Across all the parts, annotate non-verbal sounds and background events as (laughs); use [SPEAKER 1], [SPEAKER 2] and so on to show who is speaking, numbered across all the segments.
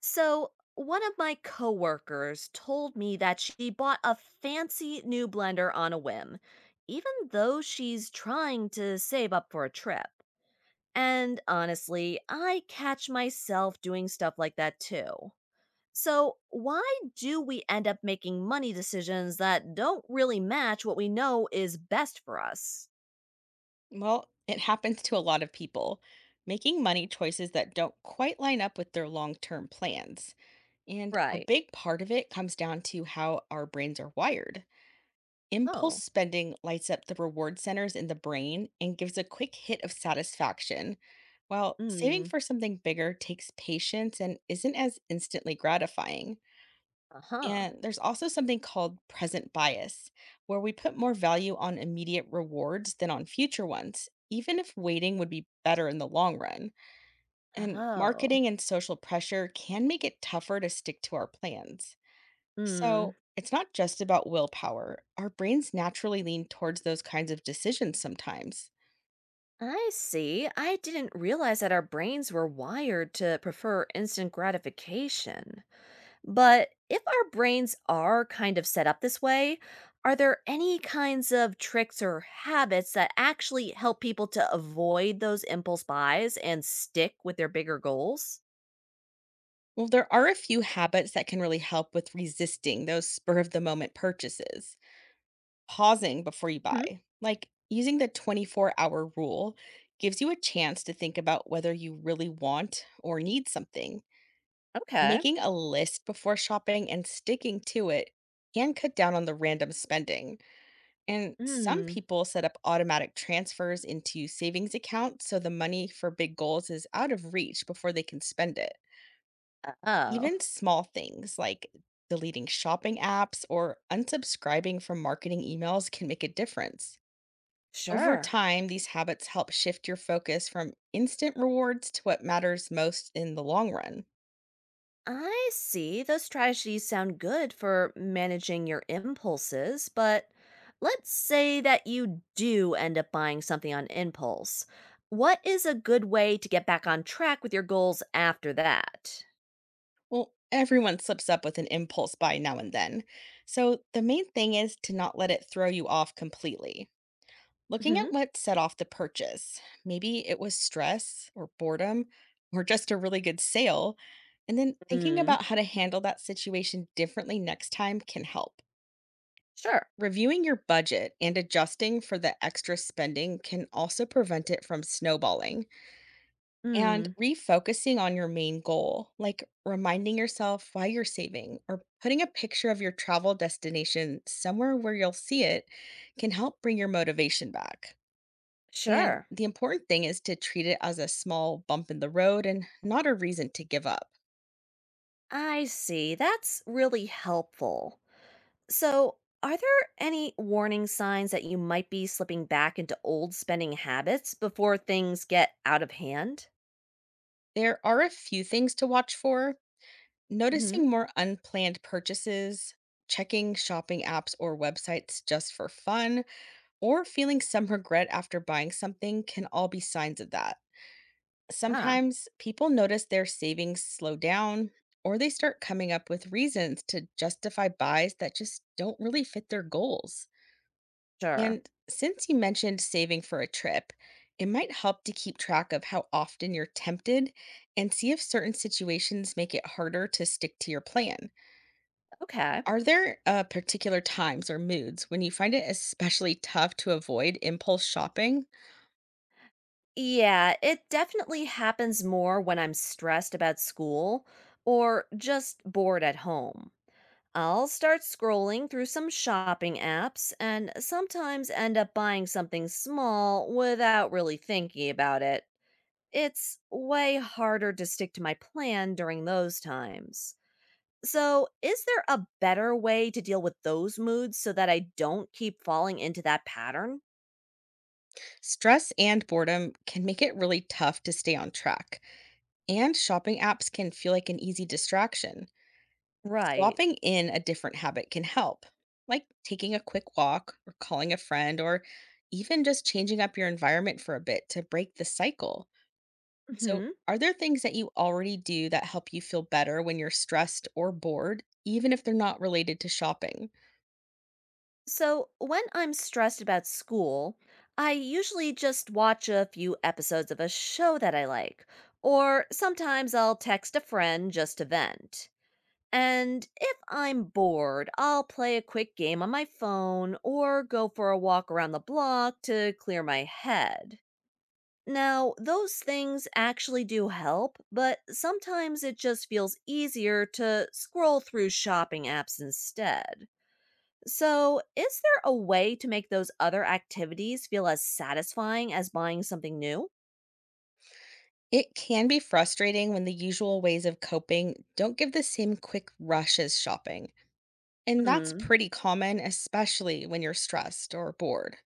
[SPEAKER 1] So, one of my coworkers told me that she bought a fancy new blender on a whim, even though she's trying to save up for a trip. And honestly, I catch myself doing stuff like that too. So, why do we end up making money decisions that don't really match what we know is best for us?
[SPEAKER 2] Well, it happens to a lot of people, making money choices that don't quite line up with their long term plans. And a
[SPEAKER 1] Right.
[SPEAKER 2] big part of it comes down to how our brains are wired. Impulse
[SPEAKER 1] Oh.
[SPEAKER 2] spending lights up the reward centers in the brain and gives a quick hit of satisfaction, while saving
[SPEAKER 1] Mm.
[SPEAKER 2] for something bigger takes patience and isn't as instantly gratifying.
[SPEAKER 1] Uh huh.
[SPEAKER 2] And there's also something called present bias, where we put more value on immediate rewards than on future ones, even if waiting would be better in the long run. And
[SPEAKER 1] Oh.
[SPEAKER 2] marketing and social pressure can make it tougher to stick to our plans.
[SPEAKER 1] Mm.
[SPEAKER 2] So it's not just about willpower. Our brains naturally lean towards those kinds of decisions sometimes.
[SPEAKER 1] I see. I didn't realize that our brains were wired to prefer instant gratification. But if our brains are kind of set up this way, are there any kinds of tricks or habits that actually help people to avoid those impulse buys and stick with their bigger goals?
[SPEAKER 2] Well, there are a few habits that can really help with resisting those spur of the moment purchases. Pausing before you
[SPEAKER 1] Hmm.
[SPEAKER 2] buy, like using the 24-hour rule, gives you a chance to think about whether you really want or need something.
[SPEAKER 1] Okay.
[SPEAKER 2] Making a list before shopping and sticking to it can cut down on the random spending. And some
[SPEAKER 1] Hmm.
[SPEAKER 2] people set up automatic transfers into savings accounts, so the money for big goals is out of reach before they can spend it.
[SPEAKER 1] Oh,
[SPEAKER 2] Even small things like deleting shopping apps or unsubscribing from marketing emails can make a difference. Over
[SPEAKER 1] sure.
[SPEAKER 2] time, these habits help shift your focus from instant rewards to what matters most in the long run.
[SPEAKER 1] I see. Those strategies sound good for managing your impulses, but let's say that you do end up buying something on impulse. What is a good way to get back on track with your goals after that?
[SPEAKER 2] Well, everyone slips up with an impulse buy now and then. So the main thing is to not let it throw you off completely. Looking
[SPEAKER 1] Hmm.
[SPEAKER 2] at what set off the purchase, maybe it was stress or boredom or just a really good sale, and then thinking
[SPEAKER 1] Mm.
[SPEAKER 2] about how to handle that situation differently next time can help.
[SPEAKER 1] Sure.
[SPEAKER 2] Reviewing your budget and adjusting for the extra spending can also prevent it from snowballing. And
[SPEAKER 1] Hmm.
[SPEAKER 2] refocusing on your main goal, like reminding yourself why you're saving or putting a picture of your travel destination somewhere where you'll see it, can help bring your motivation back. And
[SPEAKER 1] Sure.
[SPEAKER 2] the important thing is to treat it as a small bump in the road and not a reason to give up.
[SPEAKER 1] I see. That's really helpful. So, are there any warning signs that you might be slipping back into old spending habits before things get out of hand?
[SPEAKER 2] There are a few things to watch for:
[SPEAKER 1] Hmm.
[SPEAKER 2] noticing more unplanned purchases, checking shopping apps or websites just for fun, or feeling some regret after buying something can all be signs of that.
[SPEAKER 1] Ah.
[SPEAKER 2] Sometimes people notice their savings slow down, or they start coming up with reasons to justify buys that just don't really fit their goals.
[SPEAKER 1] Sure.
[SPEAKER 2] And since you mentioned saving for a trip, it might help to keep track of how often you're tempted and see if certain situations make it harder to stick to your plan.
[SPEAKER 1] Okay.
[SPEAKER 2] Are there particular times or moods when you find it especially tough to avoid impulse shopping?
[SPEAKER 1] Yeah, it definitely happens more when I'm stressed about school or just bored at home. I'll start scrolling through some shopping apps and sometimes end up buying something small without really thinking about it. It's way harder to stick to my plan during those times. So, is there a better way to deal with those moods so that I don't keep falling into that pattern?
[SPEAKER 2] Stress and boredom can make it really tough to stay on track, and shopping apps can feel like an easy distraction.
[SPEAKER 1] Right.
[SPEAKER 2] Swapping in a different habit can help, like taking a quick walk or calling a friend, or even just changing up your environment for a bit to break the cycle. So,
[SPEAKER 1] Mhm.
[SPEAKER 2] are there things that you already do that help you feel better when you're stressed or bored, even if they're not related to shopping?
[SPEAKER 1] So, when I'm stressed about school, I usually just watch a few episodes of a show that I like, or sometimes I'll text a friend just to vent. And if I'm bored, I'll play a quick game on my phone or go for a walk around the block to clear my head. Now, those things actually do help, but sometimes it just feels easier to scroll through shopping apps instead. So, is there a way to make those other activities feel as satisfying as buying something new?
[SPEAKER 2] It can be frustrating when the usual ways of coping don't give the same quick rush as shopping. And that's
[SPEAKER 1] Hmm.
[SPEAKER 2] pretty common, especially when you're stressed or bored.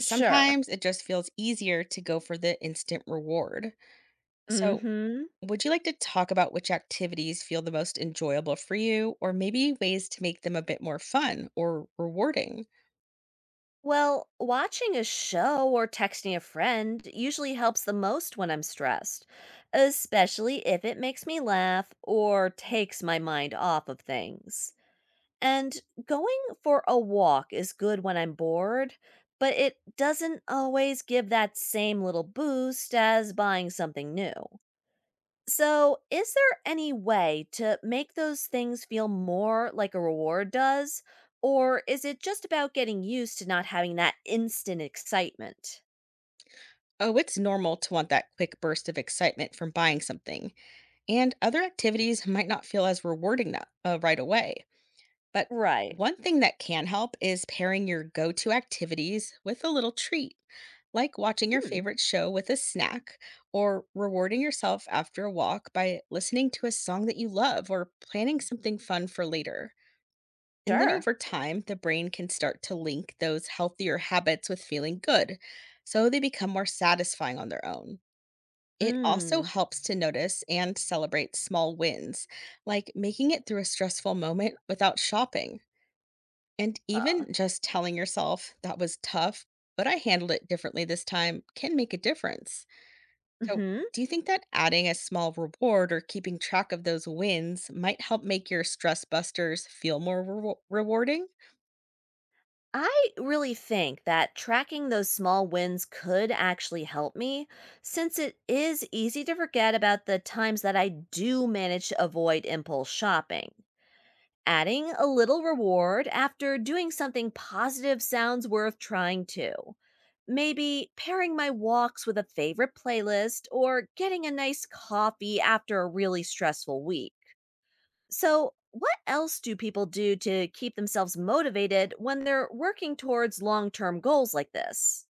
[SPEAKER 1] Sure.
[SPEAKER 2] it just feels easier to go for the instant reward. So,
[SPEAKER 1] Hmm.
[SPEAKER 2] would you like to talk about which activities feel the most enjoyable for you, or maybe ways to make them a bit more fun or rewarding?
[SPEAKER 1] Well, watching a show or texting a friend usually helps the most when I'm stressed, especially if it makes me laugh or takes my mind off of things. And going for a walk is good when I'm bored, but it doesn't always give that same little boost as buying something new. So, is there any way to make those things feel more like a reward does? Or is it just about getting used to not having that instant excitement?
[SPEAKER 2] Oh, it's normal to want that quick burst of excitement from buying something, and other activities might not feel as rewarding that right away. But
[SPEAKER 1] Right.
[SPEAKER 2] one thing that can help is pairing your go to activities with a little treat, like watching your
[SPEAKER 1] Mm,
[SPEAKER 2] favorite show with a snack, or rewarding yourself after a walk by listening to a song that you love or planning something fun for later. And then
[SPEAKER 1] sure.
[SPEAKER 2] over time, the brain can start to link those healthier habits with feeling good, so they become more satisfying on their own. It also
[SPEAKER 1] Mm.
[SPEAKER 2] helps to notice and celebrate small wins, like making it through a stressful moment without shopping, and
[SPEAKER 1] Uh,
[SPEAKER 2] even just telling yourself "that was tough, but I handled it differently this time" can make a difference. So,
[SPEAKER 1] hmm.
[SPEAKER 2] do you think that adding a small reward or keeping track of those wins might help make your stress busters feel more rewarding?
[SPEAKER 1] I really think that tracking those small wins could actually help me, since it is easy to forget about the times that I do manage to avoid impulse shopping. Adding a little reward after doing something positive sounds worth trying too. Maybe pairing my walks with a favorite playlist or getting a nice coffee after a really stressful week. So, what else do people do to keep themselves motivated when they're working towards long term goals like this?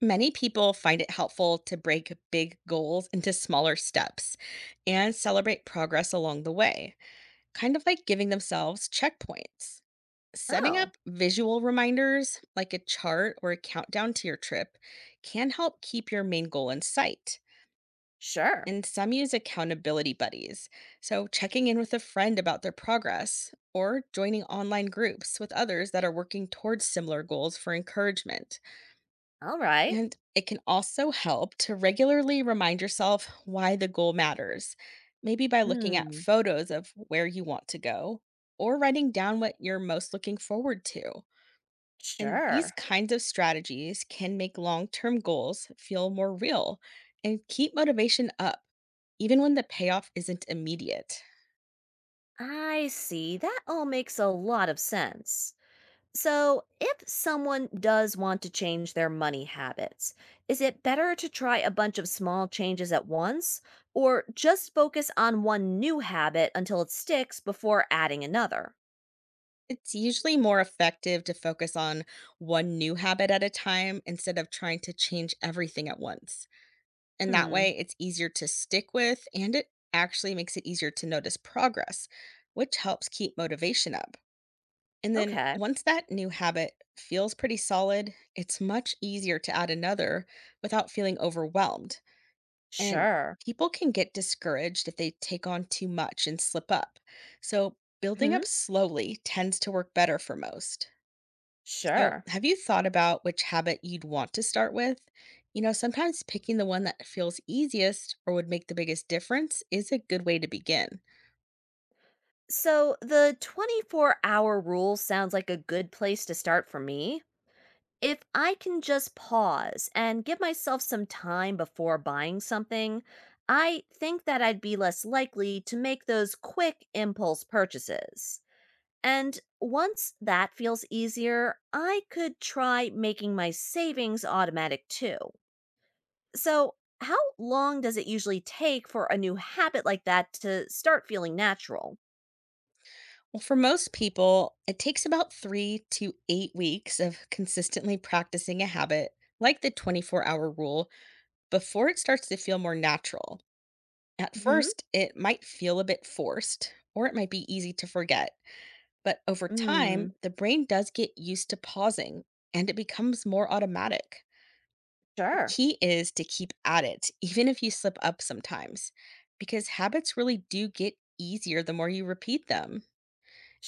[SPEAKER 2] Many people find it helpful to break big goals into smaller steps and celebrate progress along the way, kind of like giving themselves checkpoints. Setting
[SPEAKER 1] Oh,
[SPEAKER 2] up visual reminders like a chart or a countdown to your trip can help keep your main goal in sight.
[SPEAKER 1] sure.
[SPEAKER 2] And some use accountability buddies, so checking in with a friend about their progress or joining online groups with others that are working towards similar goals for encouragement.
[SPEAKER 1] All right.
[SPEAKER 2] And it can also help to regularly remind yourself why the goal matters, maybe by looking at
[SPEAKER 1] Hmm,
[SPEAKER 2] photos of where you want to go or writing down what you're most looking forward to. And these
[SPEAKER 1] sure.
[SPEAKER 2] kinds of strategies can make long term goals feel more real and keep motivation up, even when the payoff isn't immediate.
[SPEAKER 1] I see. That all makes a lot of sense. So, if someone does want to change their money habits, is it better to try a bunch of small changes at once or just focus on one new habit until it sticks before adding another?
[SPEAKER 2] It's usually more effective to focus on one new habit at a time instead of trying to change everything at once. And that
[SPEAKER 1] Hmm,
[SPEAKER 2] way, it's easier to stick with, and it actually makes it easier to notice progress, which helps keep motivation up. And then
[SPEAKER 1] okay.
[SPEAKER 2] once that new habit feels pretty solid, it's much easier to add another without feeling overwhelmed. And
[SPEAKER 1] Sure.
[SPEAKER 2] people can get discouraged if they take on too much and slip up. So building
[SPEAKER 1] Hmm,
[SPEAKER 2] up slowly tends to work better for most. So,
[SPEAKER 1] sure.
[SPEAKER 2] have you thought about which habit you'd want to start with? You know, sometimes picking the one that feels easiest or would make the biggest difference is a good way to begin.
[SPEAKER 1] So, the 24-hour rule sounds like a good place to start for me. If I can just pause and give myself some time before buying something, I think that I'd be less likely to make those quick impulse purchases. And once that feels easier, I could try making my savings automatic too. So, how long does it usually take for a new habit like that to start feeling natural?
[SPEAKER 2] Well, for most people, it takes about 3 to 8 weeks of consistently practicing a habit, like the 24-hour rule, before it starts to feel more natural. At
[SPEAKER 1] Hmm.
[SPEAKER 2] first, it might feel a bit forced, or it might be easy to forget. But over
[SPEAKER 1] Mm,
[SPEAKER 2] time, the brain does get used to pausing, and it becomes more automatic. The
[SPEAKER 1] sure.
[SPEAKER 2] key is to keep at it, (laughs) even if you slip up sometimes, because habits really do get easier the more you repeat them.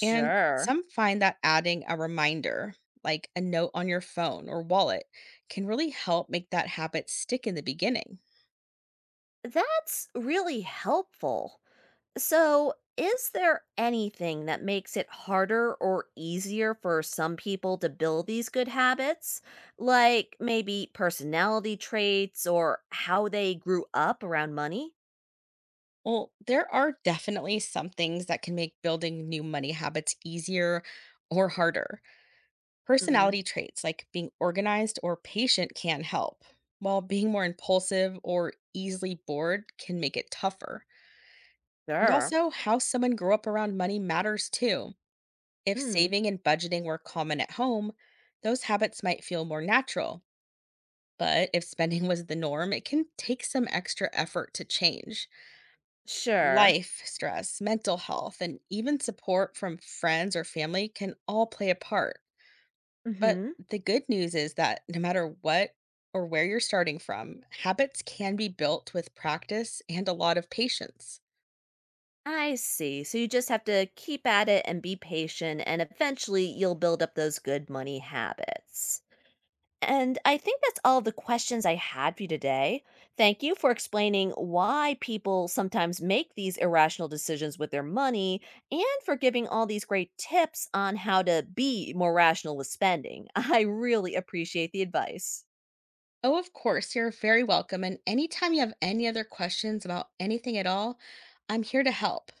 [SPEAKER 2] And some find that adding a reminder, like a note on your phone or wallet, can really help make that habit stick in the beginning.
[SPEAKER 1] That's really helpful. So, is there anything that makes it harder or easier for some people to build these good habits? Like maybe personality traits or how they grew up around money?
[SPEAKER 2] Well, there are definitely some things that can make building new money habits easier or harder.
[SPEAKER 1] Mm,
[SPEAKER 2] Personality traits like being organized or patient can help, while being more impulsive or easily bored can make it tougher. And
[SPEAKER 1] sure.
[SPEAKER 2] also, how someone grew up around money matters too. If
[SPEAKER 1] Mm,
[SPEAKER 2] saving and budgeting were common at home, those habits might feel more natural. But if spending (laughs) was the norm, it can take some extra effort to change.
[SPEAKER 1] sure.
[SPEAKER 2] Life, stress, mental health, and even support from friends or family can all play a part. But
[SPEAKER 1] Hmm.
[SPEAKER 2] the good news is that no matter what or where you're starting from, habits can be built with practice and a lot of patience.
[SPEAKER 1] I see. So you just have to keep at it and be patient, and eventually you'll build up those good money habits. And I think that's all the questions I had for you today. Thank you for explaining why people sometimes make these irrational decisions with their money and for giving all these great tips on how to be more rational with spending. (laughs) I really appreciate the advice.
[SPEAKER 2] Oh, of course, you're very welcome. And anytime you have any other questions about anything at all, I'm here to help.